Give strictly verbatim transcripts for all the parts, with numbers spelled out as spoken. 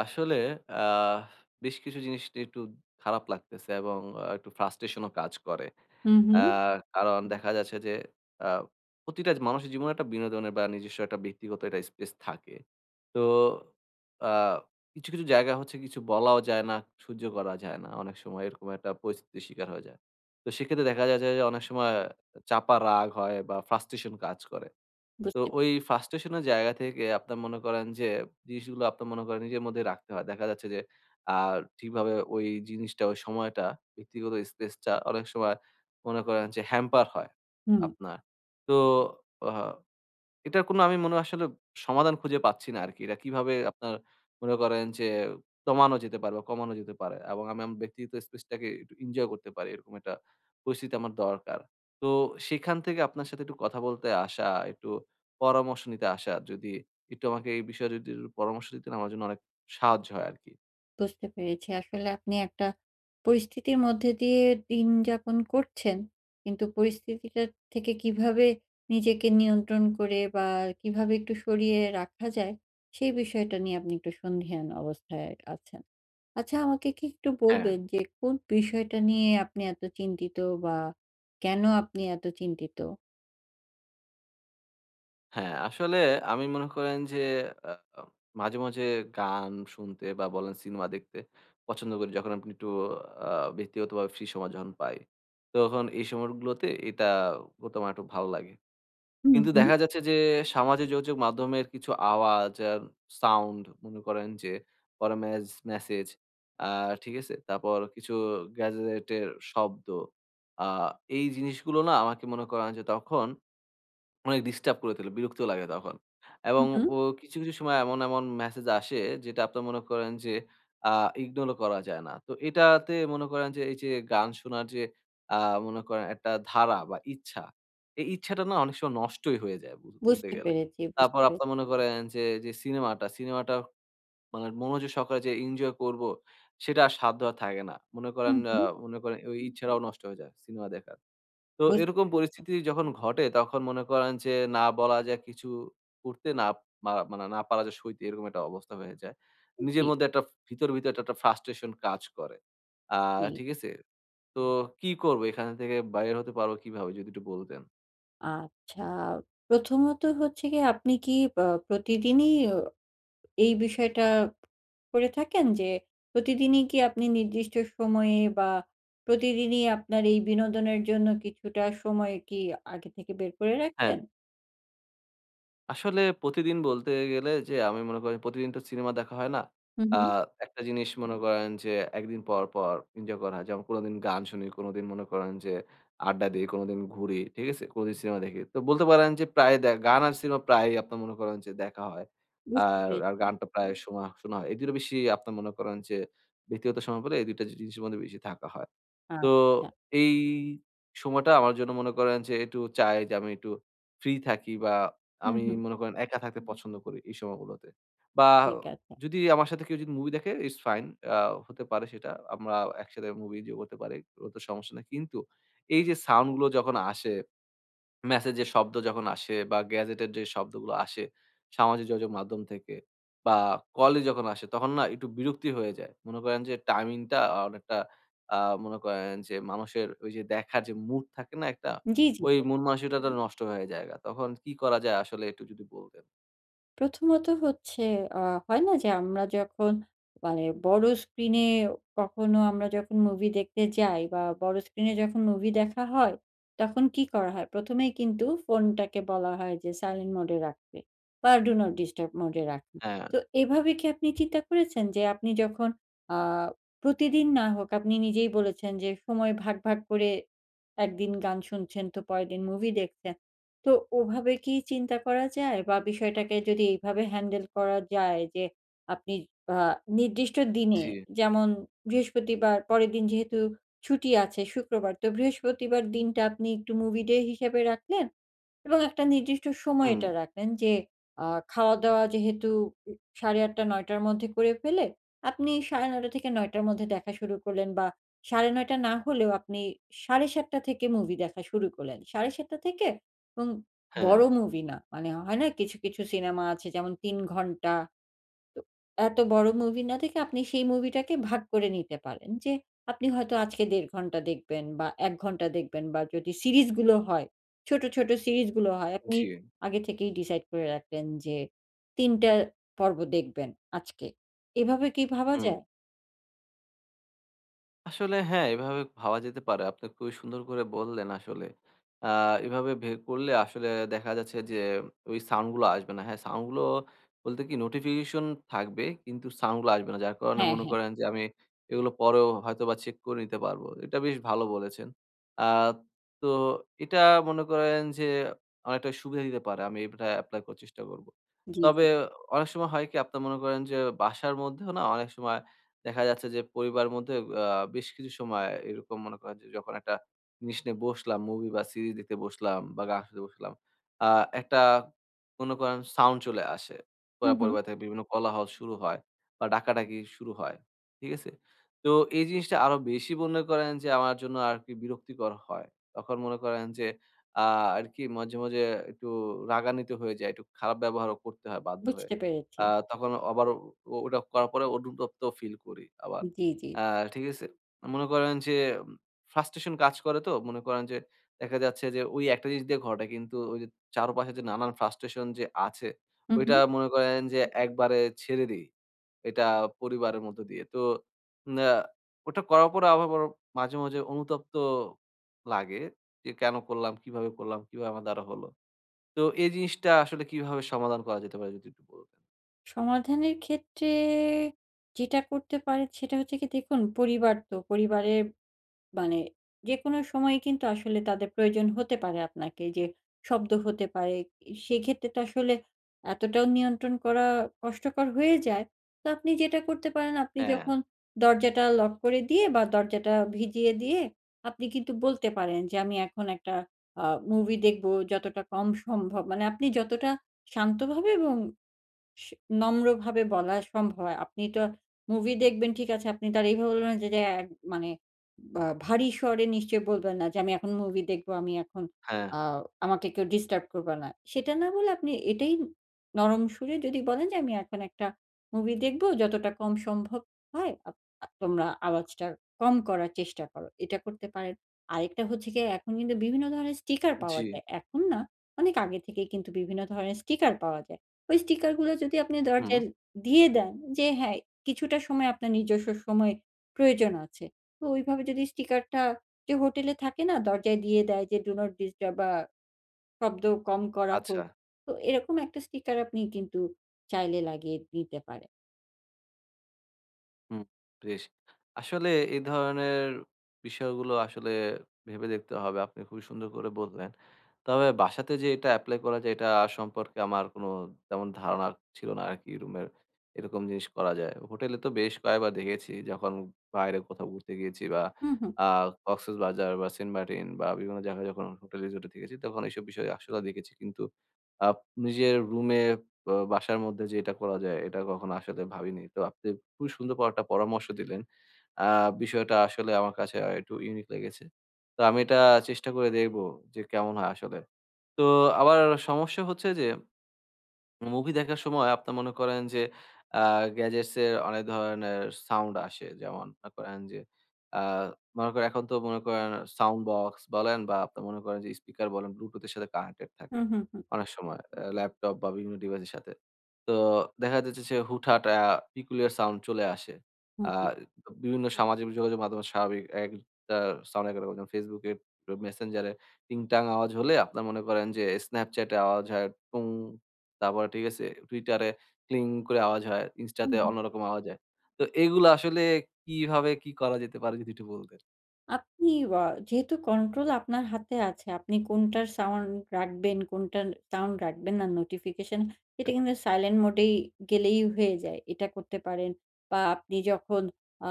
আসলে আহ বেশ কিছু জিনিস নিয়ে একটু খারাপ লাগতেছে এবং আ একটু ফ্রাস্ট্রেশনও কাজ করে। হুম, আ হুম। কারণ দেখা যাচ্ছে যে আ প্রতিটা মানুষের জীবনে একটা বিনোদনের বা নিজস্ব একটা ব্যক্তিগত একটা স্পেস থাকে। তো আ কিছু, কিছু জায়গা হচ্ছে কিছু বলাও যায় না, সহ্য করা যায় না। অনেক সময় এরকম একটা পরিস্থিতির শিকার হয়ে যায়। তো সেক্ষেত্রে দেখা যায় যে অনেক সময় চাপা রাগ হয় বা ফ্রাস্ট্রেশন কাজ করে। তো বুঝতে ওই frustration এর জায়গা থেকে আপনার মনে করেন যে, জিনিসগুলো আপনার মনে করেন নিজের মধ্যে রাখতে হয়। দেখা যাচ্ছে যে, আ ঠিকভাবে ওই জিনিসটা, ওই সময়টা, ব্যক্তিগত স্পেসটা অনেক সময় মনে করেন যে, হ্যাম্পার হয় হুম, আপনার। তো আ এটার কোনো আমি মনে আসলে সমাধান খুঁজে পাচ্ছি না আরকি। এটা কিভাবে আপনার মনে করেন যে দমানো যেতে পারে বা কমানো যেতে পারে এবং আমি আমার ব্যক্তিগত স্পেসটাকে একটু এনজয় করতে পারি। এরকম একটা পরিস্থিতি আমার দরকার। তো সেখান থেকে আপনার সাথে একটু কথা বলতে আসা, একটু পরামর্শ নিতে আসা, যদি একটু আমাকে এই বিষয়ে যদি একটু পরামর্শ দিতেন আমার জন্য অনেক সাহায্য হয় আরকি। বুঝতে পেরেছি। আসলে আপনি একটা পরিস্থিতির মধ্যে দিয়ে দিন যাপন করছেন। কিন্তু পরিস্থিতিটা থেকে কিভাবে নিজেকে নিয়ন্ত্রণ করে বা কিভাবে একটু সরিয়ে রাখা যায়, সেই বিষয়টা নিয়ে আপনি একটু সন্দিহান অবস্থায় আছেন। আচ্ছা আমাকে কি একটু হ্যাঁ। বলবেন যে কোন বিষয়টা নিয়ে আপনি এত চিন্তিত বা কেন আপনি এত চিন্তিত? হ্যাঁ, আসলে আমি মনে করেন যে আ মাঝে, মাঝে গান শুনতে বা বলেন সিনেমা দেখতে পছন্দ করি। যখন আপনি একটু আ ব্যক্তিগতভাবে ফ্রি সময় যখন পাই। তখন এই সময়গুলোতে এটা করতে আমার একটু ভালো লাগে। হুম, কিন্তু হুম, দেখা যাচ্ছে যে সামাজিক যোগাযোগ মাধ্যমের কিছু আওয়াজ আর সাউন্ড মনে করেন যে পরে মেজ মেসেজ আ ঠিক আছে? তারপর কিছু গ্যাজেটের শব্দ আ এই জিনিসগুলো না আমাকে মনে করেন যে তখন অনেক ডিস্টার্ব করে তোলে, বিরক্ত লাগে তখন। এবং হুম, হুম। ও কিছু, কিছু সময় এমন, এমন মেসেজ আসে যেটা আপনার মনে করেন যে আ ইগনোর ও করা যায় না। তো এটাতে মনে করেন যে এই যে গান শোনার যে আ মনে করেন একটা ধারা বা ইচ্ছা, এই ইচ্ছাটা না অনেক সময় নষ্টই হয়ে যায় বল বলতে বুঝতে গেলে। পেরেছি, বুঝতে তারপর আপনার পেরেছি। মনে করেন যে, যে সিনেমাটা, সিনেমাটা মানে মনোযোগ সহকারে যে এনজয় করব, সেটা আর সাধ্য আর থাকে না। মনে করেন হুম, আ হুম। মনে করেন ওই ইচ্ছাটাও নষ্ট হয়ে যায় সিনেমা দেখার। তো বুঝতে এরকম পেরেছি। পরিস্থিতি যখন ঘটে তখন মনে করেন যে না বলা যায় কিছু করতে না মা মানে না পারা যায় সইতে এরকম একটা অবস্থা হয়ে যায়। জি, নিজের মধ্যে একটা ভিতর, ভিতর একটা, একটা frustration কাজ করে। আ জি। ঠিক আছে? তো কি করব এখান থেকে বাইর হতে পারবো কিভাবে যদি একটু বলতেন? আচ্ছা। প্রথমত হচ্ছে গিয়ে আপনি কি আ প্রতিদিনই অ এই বিষয়টা করে থাকেন যে, প্রতিদিনই কি আপনি নির্দিষ্ট সময়ে বা প্রতিদিনই আপনার এই বিনোদনের জন্য কিছুটা সময় কি আগে থেকে বের করে রাখেন? আসলে প্রতিদিন বলতে গেলে যে আমি মনে করি প্রতিদিন তো সিনেমা দেখা হয় না। হুম, আ হুম। একটা জিনিস মনে করেন যে একদিন পর, পর এনজয় করা হয়। যেমন কোনোদিন গান শুনি, কোনোদিন মনে করেন যে আড্ডা দেই, কোনোদিন ঘুরি। ঠিক আছে? কোনোদিন সিনেমা দেখি। তো বলতে পারেন যে প্রায় দে গান আর সিনেমা প্রায়ই আপনার মনে করেন যে দেখা হয়। বুঝতে আর, আর পেরেছি। গানটা প্রায় হুম। শোনা শোনা হয়। এই দুই টা বেশি আপনার মনে করেন যে ব্যক্তিগত সময় পেলে এই দুই টা জিনিসের মধ্যে বেশি থাকা হয়। তো আচ্ছা। এই সময়টা আমার জন্য মনে করেন যে একটু চাই যে আমি একটু ফ্রি থাকি বা হুম, আমি হুম। মনে করেন একা থাকতে পছন্দ করি এই সময়গুলোতে। বা ঠিক আছে। যদি আমার সাথে কেউ যদি মুভি দেখে ইটস ফাইন আ হতে পারে সেটা। আমরা একসাথে মুভি এনজয় করতে পারি। ওতে সমস্যা নাই। কিন্তু এই যে সাউন্ড গুলো যখন আসে মেসেজের শব্দ যখন আসে বা গ্যাজেটের যে শব্দগুলো আসে সামাজিক যোগাযোগ মাধ্যম থেকে বা কলে যখন আসে তখন না একটু বিরক্তি হয়ে যায়। মনে করেন যে টাইমিংটা অনেকটা আ মনে করেন যে মানুষের ওই যে দেখার যে মুড থাকে না একটা? জি, জি, ওই জি। মন মানসিকতাটা নষ্ট হয়ে জায়গা। তখন কি করা যায় আসলে একটু যদি বলতেন? প্রথমত হচ্ছে আ হয় না যে আমরা যখন মানে বড় স্ক্রিনে কখনো আমরা যখন মুভি দেখতে যাই বা বড় স্ক্রিনে যখন মুভি দেখা হয়, তখন কি করা হয়? প্রথমেই কিন্তু ফোনটাকে বলা হয় যে সাইলেন্ট মোড এ রাখতে বা ডু নট ডিস্টার্ব মোড এ রাখতে। হ্যাঁ, তো এভাবে কি আপনি চিন্তা করেছেন যে আপনি যখন আ প্রতিদিন না হোক আপনি নিজেই বলেছেন যে সময় ভাগ, ভাগ করে একদিন গান শুনছেন তো পরেরদিন মুভি দেখছেন। তো ওভাবে কি চিন্তা করা যায়? বা বিষয়টাকে যদি এইভাবে হ্যান্ডেল করা যায় যে, আপনি আ নির্দিষ্ট দিনে জি। যেমন বৃহস্পতিবার, পরের দিন যেহেতু ছুটি আছে শুক্রবার, তো বৃহস্পতিবার দিনটা আপনি একটু মুভি ডে হিসেবে রাখলেন। এবং একটা নির্দিষ্ট সময় হুম, এটা রাখলেন যে আ খাওয়া-দাওয়া যেহেতু উ সাড়ে আটটা-নয়টা র মধ্যে করে ফেলে, আপনি সাড়ে নয়টা-নয়টা র মধ্যে দেখা শুরু করলেন বা সাড়ে নয়টা না হলেও আপনি সাড়ে সাতটা থেকে মুভি দেখা শুরু করলেন। সাড়ে সাতটা থেকে এবং হ্যাঁ, বড় মুভি না। মানে হয় না কিছু, কিছু সিনেমা আছে যেমন তিন ঘন্টা তো এত বড় মুভি না দেখে আপনি সেই মুভিটাকে ভাগ করে নিতে পারেন যে আপনি হয়তো আজকে দেড় ঘন্টা দেখবেন বা এক ঘন্টা দেখবেন বা যদি সিরিজগুলো হয়, ছোট, ছোট সিরিজগুলো হয় আপনি জি, আগে থেকেই ডিসাইড করে রাখলেন যে তিন টা পর্ব দেখবেন আজকে। এভাবে কি ভাবা হুম। যায়? আসলে হ্যাঁ, এভাবে ভাবা যেতে পারে। আপনি খুবই সুন্দর করে বললেন আসলে। আ এভাবে ভে করলে আসলে দেখা যাচ্ছে যে ওই সাউন্ড গুলো আসবে না। হ্যাঁ, সাউন্ড গুলো বলতে কি নোটিফিকেশন থাকবে কিন্তু সাউন্ড গুলো আসবে না। যার কারণে হ্যাঁ, মনে হ্যাঁ। করেন যে আমি এগুলো পরেও হয়তোবা চেক করে নিতে পারবো। এটা বেশ ভালো বলেছেন। আ তো এটা মনে করেন যে অনেকটা সুবিধা দিতে পারে। আমি এটা এপ্লাই করার চেষ্টা করব। জি, জি। তবে অনেক সময় হয় কি আপনার মনে করেন যে বাসার মধ্যেও না অনেক সময় দেখা যাচ্ছে যে পরিবারের মধ্যে আ বেশ কিছু সময় এরকম মনে করেন যে যখন একটা জিনিস নিয়ে বসলাম, মুভি বা সিরিজ দেখতে বসলাম বা গান শুনতে বসলাম। আ একটা মনে করেন সাউন্ড চলে আসে। হুম, পুরা হুম। পরিবার থেকে বিভিন্ন কোলাহল শুরু হয় বা ডাকাডাকি শুরু হয়। ঠিক আছে? তো এই জিনিসটা আরো বেশি মনে করেন যে আমার জন্য আরকি বিরক্তিকর হয়। তখন মনে করেন যে আ আরকি মাঝে, মাঝে একটু রাগান্বিত হয়ে যাই। একটু খারাপ ব্যবহারও করতে হয় বাধ্য হয়ে। বুঝতে পেরেছি। আ তখন আবার ও ওটা করার পরে অনুতপ্ত ফিল করি আবার। জি, জি। আ ঠিক আছে? মনে করেন যে ফ্রাস্ট্রেশন কাজ করে তো মনে করেন যে দেখা যাচ্ছে যে ওই একটা জিনিস দিয়ে ঘটে কিন্তু ওই যে চারপাশে যে নানান ফ্রাস্ট্রেশন যে আছে হুম, ওইটা হুম। মনে করেন যে একবারে ছেড়ে দেই। এটা পরিবারের মধ্য দিয়ে। তো না ওটা করার পরে আবার বড় মাঝে, মাঝে অনুতপ্ত লাগে যে কেন করলাম? কিভাবে করলাম? কিভাবে আমার দ্বারা হলো? তো এই জিনিসটা আসলে কিভাবে সমাধান করা যেতে পারে যদি একটু বলতেন? সমাধানের ক্ষেত্রে যেটা করতে পারেন সেটা হচ্ছে কি দেখুন পরিবার তো পরিবারের মানে যেকোনো সময়ে কিন্তু আসলে তাদের প্রয়োজন হতে পারে আপনাকে। যে শব্দ হতে পারে। সেক্ষেত্রে তো আসলে এতটাও নিয়ন্ত্রণ করা কষ্টকর হয়ে যায়। তো আপনি যেটা করতে পারেন আপনি হ্যাঁ। যখন দরজাটা লক করে দিয়ে বা দরজাটা ভিজিয়ে দিয়ে আপনি কিন্তু বলতে পারেন যে, "আমি এখন একটা আ মুভি দেখব যতটা কম সম্ভব।" মানে আপনি যতটা শান্তভাবে এবং স নম্রভাবে বলা সম্ভব হয়। আপনি তো মুভি দেখবেন ঠিক আছে, আপনি তার এইভাবে বলবেন যে, যে এক মানে বা ভারী স্বরে নিশ্চয়ই বলবেন না যে, "আমি এখন মুভি দেখব, আমি এখন হ্যাঁ, আ আমাকে কেউ ডিস্টার্ব করবা না।" সেটা না বলে আপনি এটাই নরম সুরে যদি বলেন যে, "আমি এখন একটা মুভি দেখব, যতটা কম সম্ভব হয় আপ আ তোমরা আওয়াজটা কম করার চেষ্টা করো।" এটা করতে পারেন। আরেকটা হচ্ছে গিয়ে এখন কিন্তু বিভিন্ন ধরনের স্টিকার পাওয়া জি। যায়। এখন না, অনেক আগে থেকেই কিন্তু বিভিন্ন ধরনের স্টিকার পাওয়া যায়। ওই স্টিকার গুলো যদি আপনি হুম, দরজায় দিয়ে দেন যে হ্যাঁ, কিছুটা সময় আপনার নিজস্ব সময় প্রয়োজন আছে। তো ওইভাবে যদি স্টিকারটা যে হোটেলে থাকে না দরজায় দিয়ে দেয় যে ডু নট ডিস্টার্ব বা শব্দ কম করা আচ্ছা। হোক। তো এরকম একটা স্টিকার আপনি কিন্তু চাইলে লাগিয়ে দিতে পারেন। হুম, বেশ। আসলে এই ধরনের বিষয়গুলো আসলে ভেবে দেখতে হবে। আপনি খুবই সুন্দর করে বললেন। তবে বাসাতে যে এটা এপ্লাই করা যায়, এটা সম্পর্কে আমার কোনো তেমন ধারণা ছিল না আরকি রুমের এরকম জিনিস করা যায়। হোটেলে তো বেশ কয়েকবার দেখেছি যখন বাইরে কোথাও ঘুরতে গিয়েছি বা হুম, হুম, আ কক্সবাজার বা সেন্ট মার্টিন বা বিভিন্ন জায়গায় যখন হোটেল রিসোর্টে থেকেছি তখন এইসব বিষয়ে আসলে দেখেছি। কিন্তু আপ নিজের রুমে ব বাসার মধ্যে যে এটা করা যায় এটা কখনো আসলে ভাবিনি। তো আপনি খুবই সুন্দর পর একটা পরামর্শ দিলেন। আ বিষয়টা আসলে আমার কাছে আ একটু ইউনিক লেগেছে। তো আমি এটা চেষ্টা করে দেখব যে কেমন হয় আসলে। তো আবার সমস্যা হচ্ছে যে মুভি দেখার সময় আপনি মনে করেন যে আ গ্যাজেটস এর অনেক ধরনের সাউন্ড আসে। যেমন মনে করেন যে আ মনে করেন এখন তো মনে করেন সাউন্ড বক্স বলেন বা আপনি মনে করেন যে স্পিকার বলেন ব্লুটুথ এর সাথে কানেক্টেড থাকে। হুম, হুম, হুম, অনেক সময় আ ল্যাপটপ বা বিভিন্ন ডিভাইসের সাথে। তো দেখা যাচ্ছে যে হুটহাট আ peculiar সাউন্ড চলে আসে। হুম, আ হুম, বিভিন্ন সামাজিক যোগাযোগ মাধ্যমে স্বাভাবিক একটা সাউন্ড একরকম যেমন Facebook এ, মেসেঞ্জারে টিংটাং আওয়াজ হলে আপনার মনে করেন যে Snapchat এ আওয়াজ হয় টুং তারপরে ঠিক আছে Twitter এ ক্লিং করে আওয়াজ হয়, Insta হুম, তে হুম। অন্যরকম আওয়াজ হয়। তো এগুলো আসলে কিভাবে কি করা যেতে পারে যদি একটু বলতেন? আপনি আ যেহেতু কন্ট্রোল আপনার হাতে আছে, আপনি কোনটার সাউন্ড রাখবেন, কোনটার সাউন্ড রাখবেন না, নোটিফিকেশন এটা কিন্তু সাইলেন্ট মোডেই গেলেই হয়ে যায়। এটা করতে পারেন বা আপনি যখন আ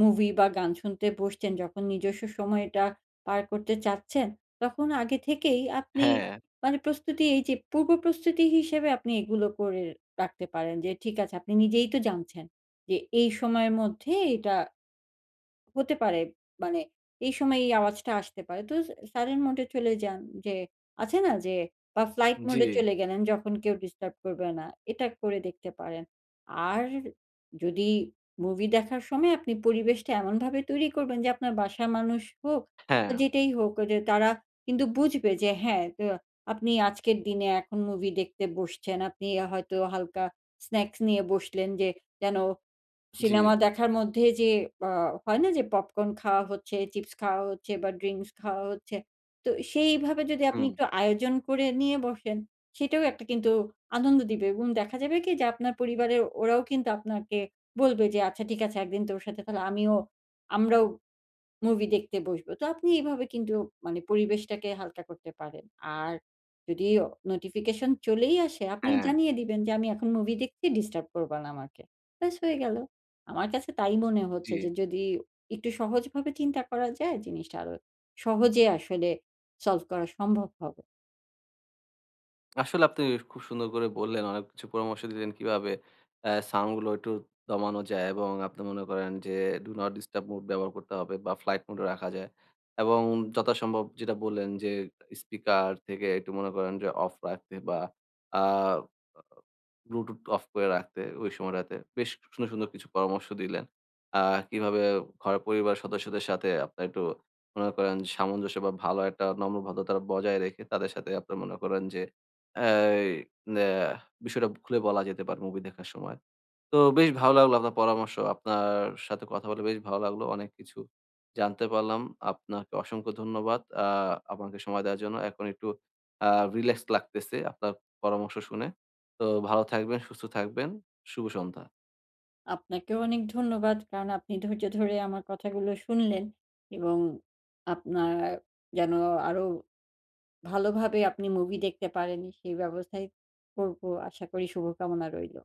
মুভি বা গান শুনতে বসছেন, যখন নিজস্ব সময়টা পার করতে চাচ্ছেন, তখন আগে থেকেই আপনি হ্যাঁ, মানে প্রস্তুতি এই যে পূর্ব প্রস্তুতি হিসেবে আপনি এগুলো করে রাখতে পারেন যে ঠিক আছে আপনি নিজেই তো জানছেন যে এই সময়ের মধ্যে এটা হতে পারে মানে এই সময় এই আওয়াজটা আসতে পারে। তো স সাইলেন্ট মোড এ চলে যান যে আছে না যে বা ফ্লাইট জি, মোড এ চলে গেলেন যখন কেউ ডিস্টার্ব করবে না। এটা করে দেখতে পারেন। আর যদি মুভি দেখার সময় আপনি পরিবেশটা এমনভাবে তৈরি করবেন যে আপনার বাসার মানুষ হোক বা হ্যাঁ, যেটাই হোক যে তারা কিন্তু বুঝবে যে হ্যাঁ, তো আপনি আজকের দিনে এখন মুভি দেখতে বসছেন। আপনি হয়তো হালকা স্ন্যাকস নিয়ে বসলেন যে যেন জি, সিনেমা দেখার মধ্যে যে আ হয় না যে পপকর্ন খাওয়া হচ্ছে, চিপস খাওয়া হচ্ছে বা ড্রিংকস খাওয়া হচ্ছে। তো সেইভাবে যদি আপনি হুম, একটু আয়োজন করে নিয়ে বসেন, সেটাও একটা কিন্তু আনন্দ দিবে এবং দেখা যাবে কি যে আপনার পরিবারের ওরাও কিন্তু আপনাকে বলবে যে, "আচ্ছা ঠিক আছে একদিন তোর সাথে তাহলে আমিও আমরাও" মুভি দেখতে বসবো। তো আপনি এইভাবে কিন্তু মানে পরিবেশটাকে হালকা করতে পারেন। আর যদি নোটিফিকেশন চলেই আসে, আপনি হ্যাঁ, জানিয়ে দিবেন যে, "আমি এখন মুভি দেখছি, ডিস্টার্ব করবা না আমাকে।" ব্যাস হয়ে গেল। আমার কাছে তাই মনে হচ্ছে জি। যে, যদি একটু সহজভাবে চিন্তা করা যায়, জিনিসটা আরো সহজে আসলে সলভ করা সম্ভব হবে। আসলে আপনি খুব সুন্দর করে বললেন, অনেক কিছু পরামর্শ দিলেন কিভাবে অ্যা সাউন্ড গুলো একটু দমানো যায় এবং আপনি মনে করেন যে ডু নট ডিস্টার্ব মোড ব্যবহার করতে হবে বা ফ্লাইট মোড এ রাখা যায় এবং যথাসম্ভব যেটা বললেন যে স্পিকার থেকে একটু মনে করেন যে অফ রাখতে বা আ ব্লুটুথ অফ করে রাখতে ওই সময়টাতে। বেশ সুন্দর, সুন্দর কিছু পরামর্শ দিলেন। আ কিভাবে ঘরের পরিবার সদস্যদের সাথে আপনার একটু মনে করেন সামঞ্জস্য বা ভালো একটা নম্র ভদ্রতা বজায় রেখে তাদের সাথে আপনার মনে করেন যে এই ন্যা বিষয়টা খুলে বলা যেতে পারে মুভি দেখার সময়। তো বেশ ভালো লাগলো আপনার পরামর্শ। আপনার সাথে কথা বলে বেশ ভালো লাগলো। অনেক কিছু জানতে পারলাম। আপনাকে অসংখ্য ধন্যবাদ। আ আমাকে সময় দেওয়ার জন্য। এখন একটু আ রিল্যাক্স লাগতেছে আপনার পরামর্শ শুনে। তো ভালো থাকবেন, সুস্থ থাকবেন। শুভ সন্ধ্যা। আপনাকেও অনেক ধন্যবাদ। কারণ আপনি ধৈর্য ধরে আমার কথাগুলো শুনলেন এবং আপনার যেন আরো ভালোভাবে আপনি মুভি দেখতে পারেন সেই ব্যবস্থাই করব। আশা করি শুভকামনা রইল।